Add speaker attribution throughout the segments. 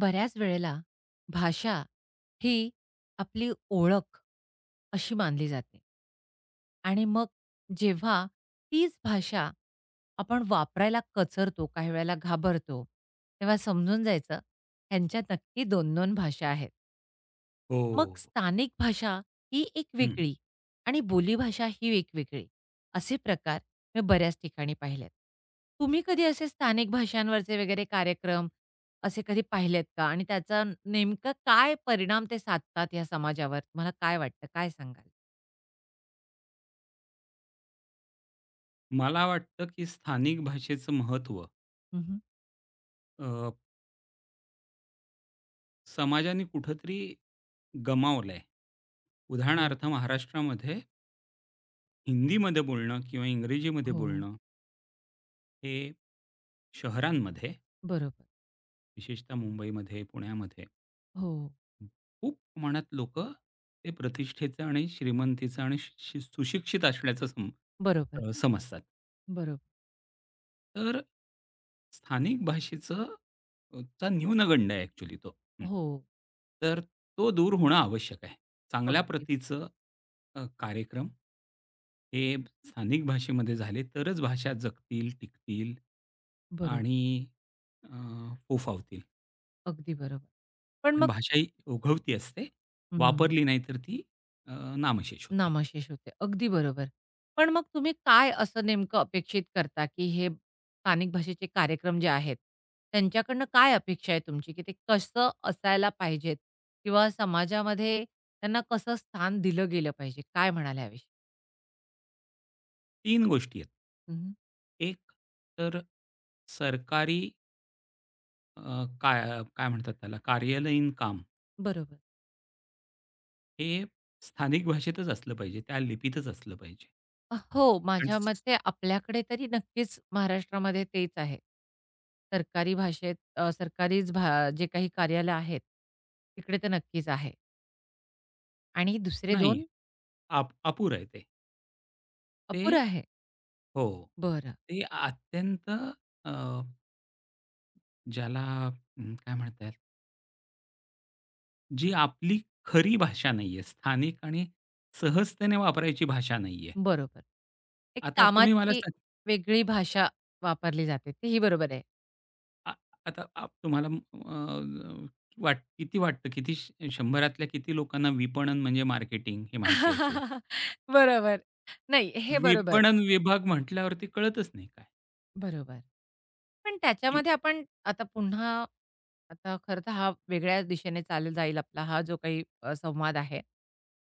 Speaker 1: बऱ्याच वेळेला भाषा ही आपली ओळख अशी मानली जाते. आणि मग जेव्हा तीच भाषा आपण वापरायला कचरतो, काही वेळेला घाबरतो, तेव्हा समजून जायचं ह्यांच्या नक्की 2-2 भाषा आहेत.
Speaker 2: हो.
Speaker 1: मग स्थानिक भाषा ही एक
Speaker 2: हं.
Speaker 1: वेगळी आणि बोलीभाषा ही एक वेगळी. असे प्रकार मी बऱ्याच ठिकाणी पाहिलेत. तुम्ही कधी असे स्थानिक भाषांवरचे वगैरे कार्यक्रम असे कधी पाहिलेत का? आणि त्याचा नेमका काय परिणाम ते साधतात या समाजावर? तुम्हाला काय वाटतं? काय सांगाल?
Speaker 2: मला वाटतं, की स्थानिक भाषेचं महत्त्व
Speaker 1: हं,
Speaker 2: अ, समाजाने कुठेतरी गमावलंय.
Speaker 1: हो,
Speaker 2: उदाहरणार्थ महाराष्ट्रामध्ये हिंदीमध्ये बोलणं किंवा इंग्रजीमध्ये
Speaker 1: हो.
Speaker 2: बोलणं हे शहरांमध्ये,
Speaker 1: बरोबर.
Speaker 2: विशेषतः मुंबईमध्ये, पुण्यामध्ये
Speaker 1: हो.
Speaker 2: खूप प्रमाणात लोकं ते प्रतिष्ठेचं आणि श्रीमंतीचं आणि सुशिक्षित असल्याचं
Speaker 1: बरोबर,
Speaker 2: समजतात.
Speaker 1: बरोबर.
Speaker 2: तर स्थानिक चा न्यूनगंड आहे ॲक्चुअली तो. हं.
Speaker 1: हो.
Speaker 2: तर तो दूर होणं आवश्यक आहे. चांगल्या
Speaker 1: अगदी बरोबर.
Speaker 2: प्रतीचं कार्यक्रम हे स्थानिक भाषेमध्ये झाले तरच भाषा जगतील, टिकतील
Speaker 1: बरोबर.
Speaker 2: आणि अ, फोफावतील.
Speaker 1: अगदी बरोबर. पण
Speaker 2: कारण
Speaker 1: मग
Speaker 2: भाषा ही ओघवती असते. वापरली नाही तर ती अ, नामशेष होते.
Speaker 1: नामशेष होते. अगदी बरोबर. पण मग तुम्ही काय असं नेमकं अपेक्षित करता, की हे स्थानिक भाषेचे कार्यक्रम जे आहेत, त्यांच्याकडनं काय अपेक्षा आहे तुमची, की ते कसं असायला पाहिजेत किंवा समाजामध्ये त्यांना कसं स्थान दिलं गेलं पाहिजे? काय म्हणाल याविषयी?
Speaker 2: तीन गोष्टी आहेत.
Speaker 1: हं,
Speaker 2: एक तर सरकारी अ, काय काय म्हणतात त्याला कार्यालयीन काम.
Speaker 1: बरोबर.
Speaker 2: हे स्थानिक भाषेतच असलं पाहिजे, त्या लिपीतच असलं पाहिजे.
Speaker 1: हो.
Speaker 2: आणि
Speaker 1: माझ्या
Speaker 2: स
Speaker 1: मते आपल्याकडे तरी नक्कीच महाराष्ट्रामध्ये तेच आहे. सरकारी भाषेत सरकारीच भा जे काही कार्यालय आहेत, तिकडे तर नक्कीच आहे आणि दुसरे
Speaker 2: नाही,
Speaker 1: 2
Speaker 2: अपुरं आहे ते. ते
Speaker 1: अपुरं आहे.
Speaker 2: हो,
Speaker 1: बरं,
Speaker 2: ते अत्यंत अ, ज्याला काय म्हणता येईल, जी आपली खरी भाषा नाहीये, स्थानिक आणि सहजतेने वापरायची भाषा नाहीये.
Speaker 1: बरोबर. एक
Speaker 2: आता तुम्ही मला
Speaker 1: कामाची
Speaker 2: सांगा,
Speaker 1: वेगळी भाषा वापरली जाते. तेही बरोबर आहे.
Speaker 2: आ आता तुम्हाला वाट किती वाटतं, किती 100तल्या किती लोकांना विपणन म्हणजे मार्केटिंग हे माहिती असेल?
Speaker 1: बरोबर. नाही, हे बरोबर.
Speaker 2: विपणन विभाग म्हटल्यावरती कळतच नाही काय?
Speaker 1: बरोबर. पण त्याच्यामध्ये आपण आता पुन्हा आता खरं तर हा वेगळ्या दिशेने चालला जाईल आपला हा जो काही संवाद आहे.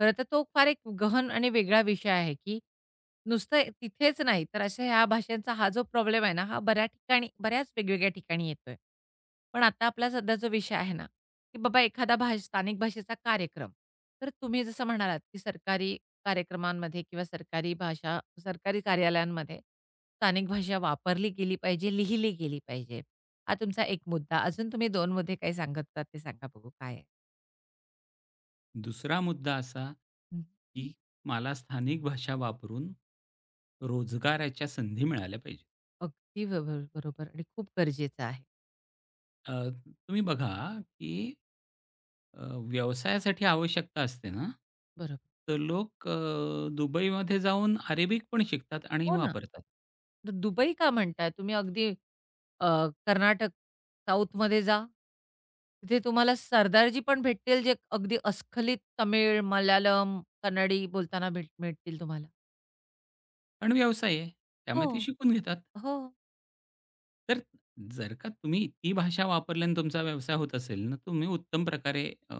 Speaker 1: खरं तर तो फार एक गहन आणि वेगळा विषय आहे, की नुसतं तिथेच नाही, तर अशा ह्या भाषांचा हा जो प्रॉब्लेम आहे ना, हा बऱ्याच ठिकाणी बऱ्याच वेगवेगळ्या ठिकाणी येतोय. पण आता आपला सध्या जो विषय आहे ना, की बाबा एखादा भाष स्थानिक भाषेचा कार्यक्रम. तर तुम्ही जसं म्हणालात, की सरकारी कार्यक्रमांमध्ये किंवा सरकारी भाषा, सरकारी कार्यालयांमध्ये स्थानिक भाषा वापरली गेली पाहिजे, लिहिली गेली पाहिजे. हा तुमचा एक मुद्दा. अजून तुम्ही दोन मध्ये काय सांगत होतात ते सांगा बघू काय आहे?
Speaker 2: दुसरा मुद्दा असा,
Speaker 1: हं.
Speaker 2: की मला स्थानिक भाषा वापरून रोजगाराच्या संधी मिळाल्या पाहिजेत.
Speaker 1: अगदी ब बरोबर आणि खूप गरजेचं आहे.
Speaker 2: अ, तुम्ही बघा, की व्यवसायासाठी आवश्यकता असते ना,
Speaker 1: बरोबर.
Speaker 2: तर लोक दुबईमध्ये जाऊन अरेबिक पण शिकतात आणि
Speaker 1: हो ना.
Speaker 2: वापरतात.
Speaker 1: तर दुबई का म्हणताय? तुम्ही अगदी अ, कर्नाटक साऊथमध्ये जा. तिथे तुम्हाला सरदारजी पण भेटतील जे अगदी अस्खलित तमिळ, मल्याळम, कन्नडी बोलताना भेट मिळतील तुम्हाला.
Speaker 2: कारण व्यवसाय आहे,
Speaker 1: हो,
Speaker 2: त्यामुळे ते शिकून घेतात.
Speaker 1: हो.
Speaker 2: तर जर का तुम्ही ती भाषा वापरल्याने तुमचा व्यवसाय होत असेल ना, तुम्ही उत्तम प्रकारे अ,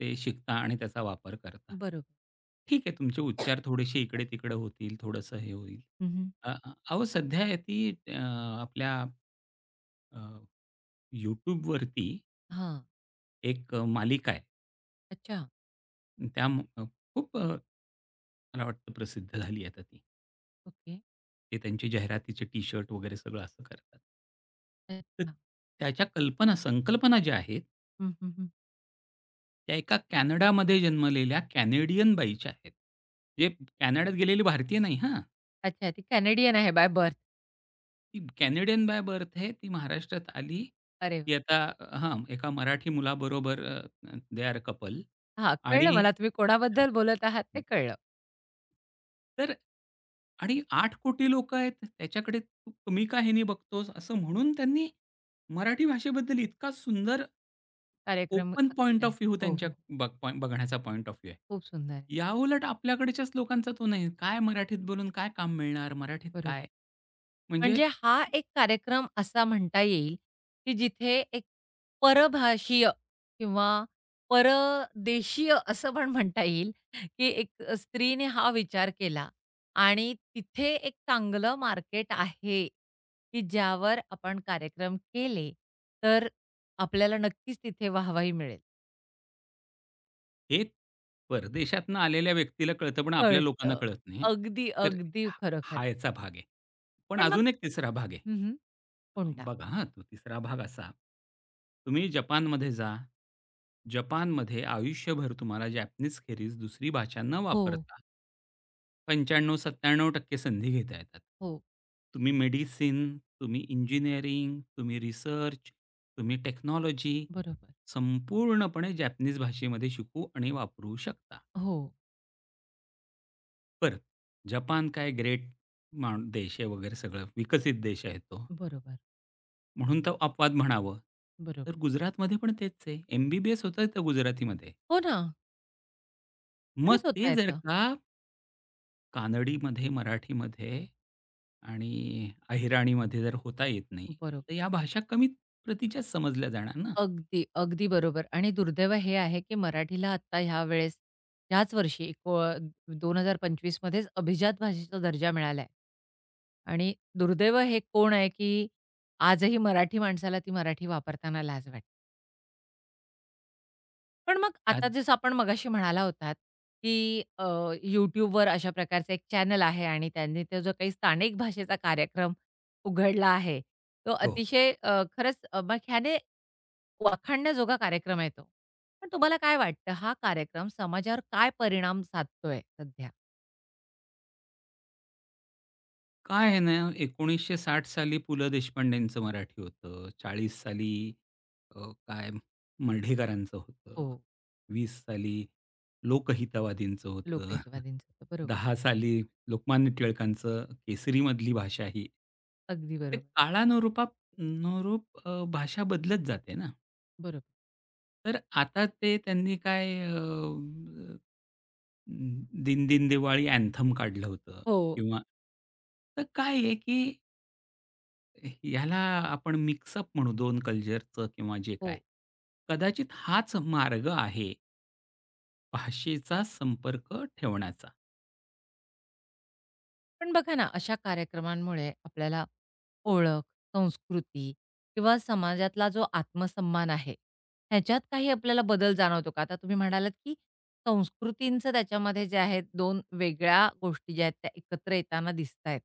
Speaker 2: ते शिकता आणि त्याचा वापर करता.
Speaker 1: बरोबर.
Speaker 2: ठीक आहे, तुमचे उच्चार थोडेसे इकडे-तिकडे होतील, थोडंसं हे होईल.
Speaker 1: हं, हं.
Speaker 2: अ, अ, अहो सध्या ती अ, आपल्या अ, YouTubeवरती
Speaker 1: हां.
Speaker 2: एक मालिका आहे.
Speaker 1: अच्छा.
Speaker 2: त्या म- अ, खूप मला वाटतं प्रसिद्ध झाली आता ती.
Speaker 1: ओके.
Speaker 2: ते त्यांचे जाहिरातीचे टी-शर्ट वगैरे सगळं असं करतात. तर
Speaker 1: अच्छा.
Speaker 2: त्याच्या कल्पना, संकल्पना ज्या आहेत
Speaker 1: हं, हं, हं.
Speaker 2: त्या एका कॅनडामध्ये जन्मलेल्या कॅनेडियन बाईच्या आहेत. जे कॅनडात गेलेली भारतीय नाही हां.
Speaker 1: अच्छा, ती कॅनेडियन आहे बाय बर्थ.
Speaker 2: ती कॅनेडियन बाय बर्थ आहे. ती महाराष्ट्रात आली.
Speaker 1: अरे वाह!
Speaker 2: ती आता हां, एका मराठी मुलाबरोबर दे आर कपल
Speaker 1: हां,
Speaker 2: आणि
Speaker 1: कळलं मला तुम्ही
Speaker 2: हां,
Speaker 1: कोणाबद्दल बोलत आहात ते कळलं.
Speaker 2: तर 8 कोटी लोकं आहेत. त्याच्याकडे तू कमी का ह्यानी बघतोस? असं म्हणून त्यांनी मराठी भाषेबद्दल इतका सुंदर
Speaker 1: कार्यक्रम
Speaker 2: ओपन पॉइंट ऑफ
Speaker 1: केलाय.
Speaker 2: व्ह्यू
Speaker 1: हो,
Speaker 2: त्यांच्या
Speaker 1: हो.
Speaker 2: बघ पॉइंट बघण्याचा पॉइंट ऑफ व्ह्यू आहे.
Speaker 1: खूप सुंदर आहे.
Speaker 2: याउलट आपल्याकडच्याच लोकांचा तो नाही. काय मराठीत बोलून काय काम मिळणार? मराठीत
Speaker 1: बरोबर.
Speaker 2: काय? म्हणजे
Speaker 1: म्हणजे हा एक कार्यक्रम असा म्हणता येईल, की जिथे एक परभाषीय किंवा परदेशीय असं पण म्हणता येईल, की एक स्त्रीने हा विचार केला आणि तिथे एक चांगलं मार्केट आहे, की ज्यावर आपण कार्यक्रम केले, तर आपल्याला नक्कीच तिथे वाहवाही मिळेल.
Speaker 2: हे परदेशातनं आलेल्या व्यक्तीला कळतं, पण आपल्या लोकांना
Speaker 1: कळतं.
Speaker 2: कळत नाही.
Speaker 1: अगदी,
Speaker 2: तर
Speaker 1: अगदी
Speaker 2: हा
Speaker 1: खरं,
Speaker 2: हा
Speaker 1: खरं.
Speaker 2: याचा भाग आहे. पण
Speaker 1: पण मग
Speaker 2: अजून एक तिसरा भाग आहे.
Speaker 1: हं, हं. कोणता?
Speaker 2: बघा हां, तो तिसरा भाग असा, तुम्ही जपानमध्ये जा. जपानमध्ये आयुष्यभर तुम्हाला जॅपनीज खेरीज दुसरी भाषा न
Speaker 1: हो,
Speaker 2: वापरता 95 टक्के संधी घेता येतात.
Speaker 1: हो.
Speaker 2: तुम्ही मेडिसिन, तुम्ही इंजिनिअरिंग, तुम्ही रिसर्च, तुम्ही टेक्नॉलॉजी
Speaker 1: बरोबर.
Speaker 2: संपूर्णपणे जॅपनीज भाषेमध्ये शिकू आणि वापरू शकता.
Speaker 1: हो,
Speaker 2: बरं, जपान काय ग्रेट मान देश आहे वगैरे सगळं विकसित देश आहे तो,
Speaker 1: बरोबर,
Speaker 2: म्हणून तो अपवाद म्हणावं.
Speaker 1: बरोबर.
Speaker 2: तर गुजरातमध्ये पण तेच आहे. एम-बी-बी-एस होतं तर गुजरातीमध्ये.
Speaker 1: हो ना,
Speaker 2: मग
Speaker 1: खरंच
Speaker 2: ते
Speaker 1: होता
Speaker 2: जर
Speaker 1: येतं.
Speaker 2: का कानडीमध्ये, मराठीमध्ये आणि अहिराणीमध्ये जर होता येत नाही,
Speaker 1: बरोबर.
Speaker 2: तर या भाषा कमी प्रतीच्याच समजल्या जाणार ना.
Speaker 1: अगदी, अगदी बरोबर आणि दुर्दैव हे आहे, की मराठीला आत्ता ह्यावेळेस ह्याच वर्षी एको 2025 मध्येच अभिजात भाषेचा दर्जा मिळालाय आणि दुर्दैव हे कोण आहे, की आजही मराठी माणसाला ती मराठी वापरताना लाज वाटते. पण मग आता
Speaker 2: त्यात
Speaker 1: जसं आपण मगाशी म्हणाला होतात, की YouTubeवर अशा प्रकारचं एक चॅनल आहे आणि त्यांनी तो जो काही स्थानिक भाषेचा कार्यक्रम उघडला आहे, तो
Speaker 2: हो.
Speaker 1: अतिशय खरंच मग ह्याने वाखाणण्याजोगा कार्यक्रम आहे तो. पण तुम्हाला काय वाटतं हा कार्यक्रम समाजावर काय परिणाम साधतोय सध्या?
Speaker 2: काय आहे ना, 1960 साली पु. ल. देशपांडेंचं मराठी होतं. 40 साली काय मर्ढेकरांचं होतं.
Speaker 1: हो,
Speaker 2: 20 साली लोकहितवादींचं होतं.
Speaker 1: लोकहितवादींचा. बरोबर.
Speaker 2: 10 साली लोकमान्य टिळकांचं केसरीमधली भाषा ही.
Speaker 1: अगदी
Speaker 2: ते
Speaker 1: बरोबर.
Speaker 2: काळानुरूपाप भाषा बदलत जाते ना.
Speaker 1: बरोबर.
Speaker 2: तर आता ते त्यांनी काय अ, अ, दिन दिन दिवाळी अँथम काढलं होतं
Speaker 1: हो,
Speaker 2: किंवा तर काय आहे, की ह्याला आपण मिक्सअप म्हणू 2 कल्चरचं किंवा जे
Speaker 1: हो.
Speaker 2: काय. कदाचित हाच मार्ग आहे भाषेचा संपर्क ठेवण्याचा.
Speaker 1: पण बघा ना, अशा कार्यक्रमांमुळे आपल्याला ओळख, संस्कृती किंवा समाजातला जो आत्मसन्मान आहे, ह्याच्यात काही आपल्याला बदल जाणवतो का? आता तुम्ही म्हणालात, की संस्कृतींचं त्याच्यामध्ये जे आहेत 2 वेगळ्या गोष्टी ज्या आहेत त्या एकत्र येताना दिसतायत.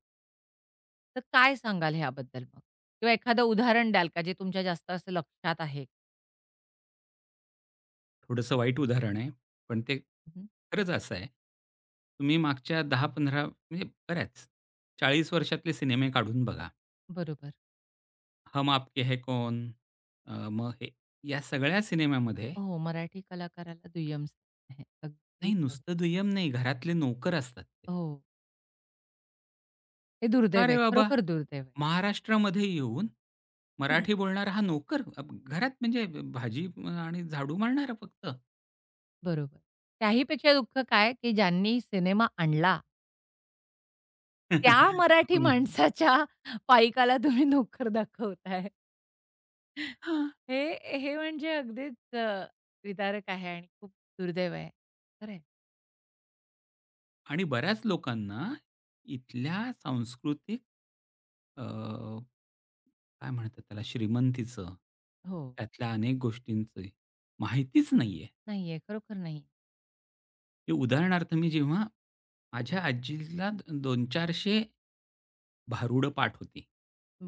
Speaker 1: तर काय सांगाल ह्याबद्दल मग? किंवा एखादं उदाहरण द्याल का जे तुमच्या जास्त असं लक्षात आहे?
Speaker 2: थोडंसं वाईट उदाहरण आहे, पण ते
Speaker 1: हं.
Speaker 2: खरंच असं आहे. तुम्ही मागच्या 10-15 म्हणजे बऱ्याच 40 वर्षातले सिनेमे काढून बघा.
Speaker 1: बरोबर.
Speaker 2: हम आपके है कौन, अ, मग हे या सगळ्या सिनेमामध्ये
Speaker 1: हो, मराठी कलाकाराला दुय्यम स्थान आहे. अगदी
Speaker 2: नाही
Speaker 1: बरोबर.
Speaker 2: नुसतं दुय्यम नाही, घरातले नोकर असतात ते.
Speaker 1: हो, हे
Speaker 2: का
Speaker 1: दुर्दैव
Speaker 2: रे
Speaker 1: आहे.
Speaker 2: बाबा?
Speaker 1: खरोखर दुर्दैव आहे.
Speaker 2: महाराष्ट्रामध्ये येऊन मराठी बोलणारा हा नोकर अब घरात म्हणजे भाजी आणि झाडू मारणारा फक्त.
Speaker 1: बरोबर. त्याहीपेक्षा दुःख काय, की ज्यांनी सिनेमा आणला, त्या मराठी
Speaker 2: हो ना.
Speaker 1: माणसाच्या पाईकाला तुम्ही नोकर दाखवताय.
Speaker 2: हां.
Speaker 1: हे हे म्हणजे अगदीच विदारक आहे आणि खूप दुर्दैव आहे. खरं
Speaker 2: आणि बऱ्याच लोकांना इथल्या सांस्कृतिक अ, काय म्हणतात त्याला श्रीमंतीचं,
Speaker 1: हो.
Speaker 2: त्यातल्या अनेक गोष्टींची माहितीच नाहीये.
Speaker 1: नाहीये, खरोखर नाही.
Speaker 2: की उदाहरणार्थ मी जेव्हा माझ्या आजीला 200-400 भारुडं पाठ होती.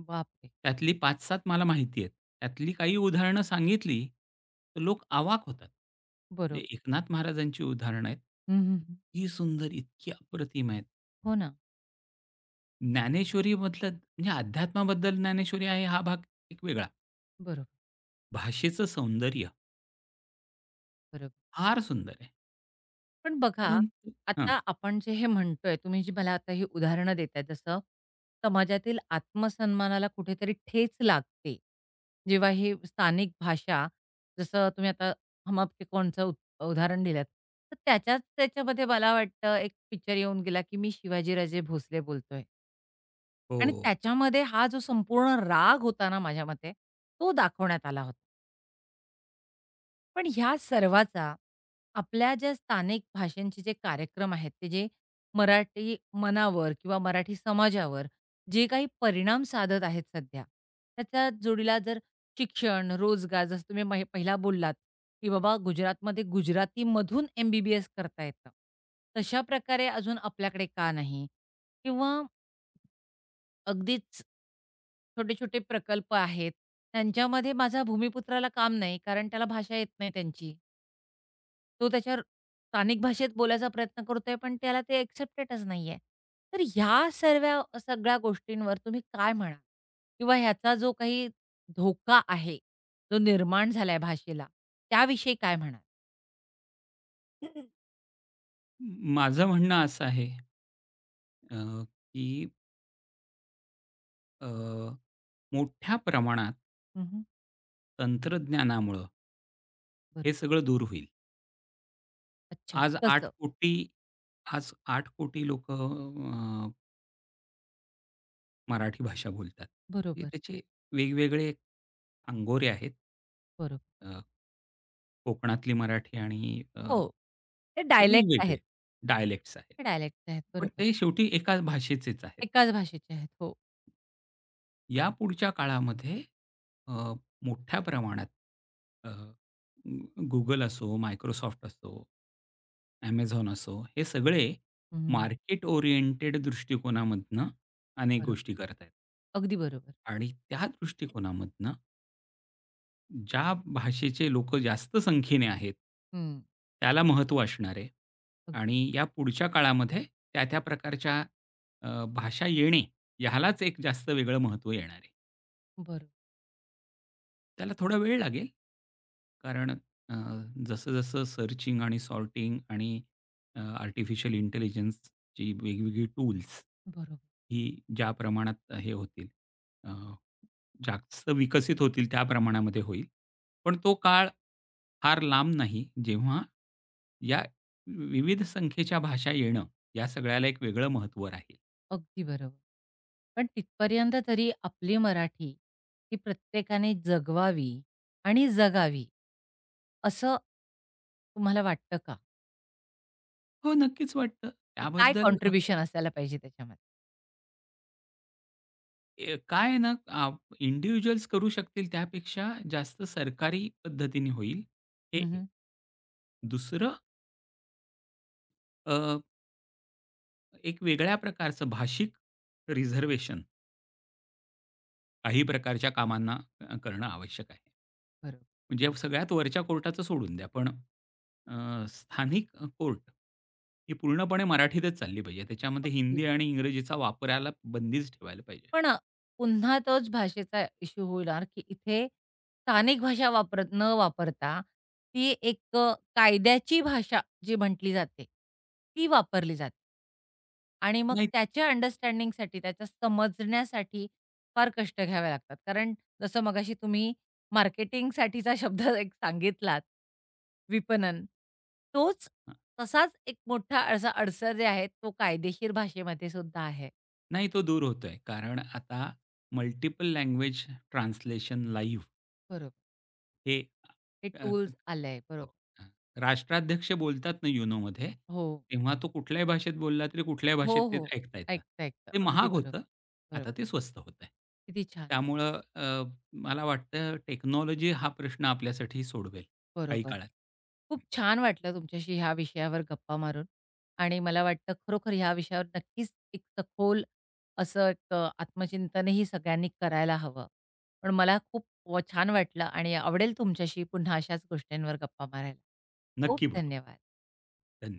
Speaker 1: बापरे!
Speaker 2: त्यातली 5-7 मला माहिती आहेत. त्यातली काही उदाहरणं सांगितली, तर लोक अवाक होतात.
Speaker 1: बरोबर.
Speaker 2: म्हणजे एकनाथ महाराजांची उदाहरणं आहेत.
Speaker 1: हं, हं, हं.
Speaker 2: इतकी सुंदर, इतकी अप्रतिम आहेत.
Speaker 1: हो ना.
Speaker 2: ज्ञानेश्वरीमधलं म्हणजे अध्यात्माबद्दल ज्ञानेश्वरी आहे हा भाग एक वेगळा.
Speaker 1: बरोबर,
Speaker 2: भाषेचं सौंदर्य
Speaker 1: बरोबर.
Speaker 2: फार सुंदर आहे.
Speaker 1: पण बघा,
Speaker 2: परंतु हां.
Speaker 1: आता आपण जे हे म्हणतोय, तुम्ही जी मला आता ही उदाहरणं देताय, जसं समाजातील आत्मसन्मानाला कुठेतरी ठेच लागते. जेव्हा ही स्थानिक भाषा, जसं तुम्ही आता हम आपके कौनचं उद उदाहरण दिलंत, तर त्याच्याच त्याच्यामध्ये मला वाटतं एक पिक्चर येऊन गेला, की मी शिवाजीराजे भोसले बोलतोय आणि
Speaker 2: हो.
Speaker 1: त्याच्यामध्ये हा जो संपूर्ण राग होता ना माझ्या मते, तो दाखवण्यात आला होता. पण ह्या सर्वाचा आपल्या ज्या स्थानिक भाषांचे जे कार्यक्रम आहेत, ते जे मराठी मनावर किंवा मराठी समाजावर जे काही परिणाम साधत आहेत सध्या, त्याच्या जोडीला जर शिक्षण, रोजगार जसं तुम्ही मही पहिला बोललात, की बाबा गुजरातमध्ये गुजरातीमधून एम-बी-बी-एस करता येतं. तशा प्रकारे अजून आपल्याकडे का नाही? किंवा अगदीच छोटे-छोटे प्रकल्प आहेत, त्यांच्यामध्ये माझ्या भूमिपुत्राला काम नाही, कारण त्याला भाषा येत नाही त्यांची. तो त्याच्यावर स्थानिक भाषेत बोलायचा प्रयत्न करतोय, पण त्याला ते एक्सेप्टेडच नाहीये. तर ह्या सर्व्या सगळ्या गोष्टींवर तुम्ही काय म्हणाल? किंवा ह्याचा जो काही धोका आहे, जो निर्माण झालाय भाषेला, त्याविषयी काय म्हणाल?
Speaker 2: माझं म्हणणं असं आहे अ, की अ, मोठ्या प्रमाणात
Speaker 1: हं, हं.
Speaker 2: तंत्रज्ञानामुळं
Speaker 1: बरं.
Speaker 2: हे सगळं दूर होईल.
Speaker 1: अच्छा.
Speaker 2: आज 8
Speaker 1: तसं.
Speaker 2: कोटी आज 8 कोटी लोकं मराठी भाषा बोलतात. हे
Speaker 1: बरोबर,
Speaker 2: त्याचे वेगवेगळे अंगोरे आहेत.
Speaker 1: बरोबर.
Speaker 2: अ, कोकणातली मराठी
Speaker 1: हो. ते
Speaker 2: ते
Speaker 1: डायलेक्ट
Speaker 2: वेगवेगळे
Speaker 1: आहेत.
Speaker 2: डायलेक्ट्स आहेत.
Speaker 1: ते डायलेक्ट आहेत.
Speaker 2: पण
Speaker 1: बरोबर.
Speaker 2: ते शेवटी एकाच भाषेचेच आहेत.
Speaker 1: एकाच भाषेचे आहेत. हो.
Speaker 2: या यापुढच्या काळामध्ये अ, मोठ्या प्रमाणात अ, Google असो, Microsoft असो, Amazon असो, हे सगळे
Speaker 1: हं.
Speaker 2: मार्केट ओरिएंटेड दृष्टिकोनामधनं अनेक
Speaker 1: बरोबर.
Speaker 2: गोष्टी करत आहेत.
Speaker 1: अगदी बरोबर.
Speaker 2: आणि त्या दृष्टिकोनामधनं ज्या भाषेचे लोकं जास्त संख्येने आहेत,
Speaker 1: हं.
Speaker 2: त्याला महत्त्व असणार आहे
Speaker 1: अगदी.
Speaker 2: आणि या पुढच्या काळामध्ये त्या-त्या प्रकारच्या भाषा येणे, ह्यालाच एक जास्त वेगळं महत्त्व येणार आहे.
Speaker 1: बरोबर,
Speaker 2: त्याला थोडा वेळ लागेल. कारण अ, जसं-जसं सर्चिंग आणि सॉर्टिंग आणि आर्टिफिशियल इंटेलिजन्सची वेगवेगळी टूल्स
Speaker 1: बरोबर.
Speaker 2: ही ज्या प्रमाणात हे होतील अ, जास्त विकसित होतील त्या प्रमाणामध्ये होईल. पण तो काळ फार लांब नाही, जेव्हा या विविध संख्येच्या भाषा येणं, या सगळ्याला एक वेगळं महत्त्व राहील.
Speaker 1: अगदी बरोबर. पण तिथपर्यंत तरी आपली मराठी ही प्रत्येकाने जगवावी आणि जगावी, असं तुम्हाला वाटतं का?
Speaker 2: हो, नक्कीच वाटतं.
Speaker 1: मग काय
Speaker 2: त्याबद्दल
Speaker 1: कॉन्ट्रिब्युशन असायला पाहिजे त्याच्यामध्ये?
Speaker 2: काय आहे ना इंडिव्हिज्युअल्स करू शकतील त्यापेक्षा जास्त सरकारी पद्धतीने होईल, हे एक.
Speaker 1: हं,
Speaker 2: दुसरं अ, एक वेगळ्या प्रकारचं भाषिक रिझर्व्हेशन काही प्रकारच्या कामांना करणं आवश्यक आहे.
Speaker 1: बरोबर.
Speaker 2: म्हणजे सगळ्यात वरच्या कोर्टाचं सोडून द्या, पण स्थानिक कोर्ट ही पूर्णपणे मराठीतच चालली पाहिजे. त्याच्यामध्ये
Speaker 1: अगदी.
Speaker 2: हिंदी आणि इंग्रजीचा वापरायला बंदीच ठेवायला पाहिजे.
Speaker 1: पण पुन्हा तोच भाषेचा इश्यू होणार, की इथे स्थानिक भाषा वापरत न वापरता ती एक कायद्याची भाषा जी म्हटली जाते, ती वापरली जाते. आणि मग
Speaker 2: नाही
Speaker 1: त्याच्या अंडरस्टँडिंगसाठी, त्याच्या समजण्यासाठी फार कष्ट घ्यावे लागतात. कारण जसं मगाशी तुम्ही मार्केटिंगसाठीचा शब्द एक सांगितलात, विपणन. तोच तसाच एक मोठा असा अडसर जे आहे, तो कायदेशीर भाषेमध्ये सुद्धा आहे.
Speaker 2: नाही, तो दूर होतोय. कारण आता मल्टिपल लँग्वेज ट्रान्सलेशन लाईव्ह
Speaker 1: बरोबर.
Speaker 2: हे
Speaker 1: हे
Speaker 2: अ, क-
Speaker 1: टूल्स आलंय. बरोबर.
Speaker 2: हो. अ, राष्ट्राध्यक्ष बोलतात ना युनोमध्ये,
Speaker 1: हो.
Speaker 2: तेव्हा तो कुठल्याही भाषेत बोलला तरी कुठल्याही भाषेत
Speaker 1: हो,
Speaker 2: ते
Speaker 1: हो.
Speaker 2: ऐकता येतं.
Speaker 1: ऐकतं, ऐकतं.
Speaker 2: ते
Speaker 1: अगदी
Speaker 2: महाग
Speaker 1: बरोबर.
Speaker 2: होतं,
Speaker 1: बरोबर.
Speaker 2: आता ते स्वस्त होतंय.
Speaker 1: किती छान.
Speaker 2: त्यामुळं मला वाटतं टेक्नॉलॉजी हा प्रश्न आपल्यासाठी सोडवेल काही
Speaker 1: बरोबर.
Speaker 2: काळात.
Speaker 1: खूप छान वाटलं तुमच्याशी ह्या विषयावर गप्पा मारून आणि मला वाटतं खरोखर ह्या विषयावर नक्कीच एक सखोल असं एक आत्मचिंतनही सगळ्यांनी करायला हवं. पण मला खूप व छान वाटलं आणि आवडेल तुमच्याशी पुन्हा अशाच गोष्टींवर गप्पा मारायला. खूप
Speaker 2: नक्की बोलू.
Speaker 1: धन्यवाद.
Speaker 2: धन्यवाद.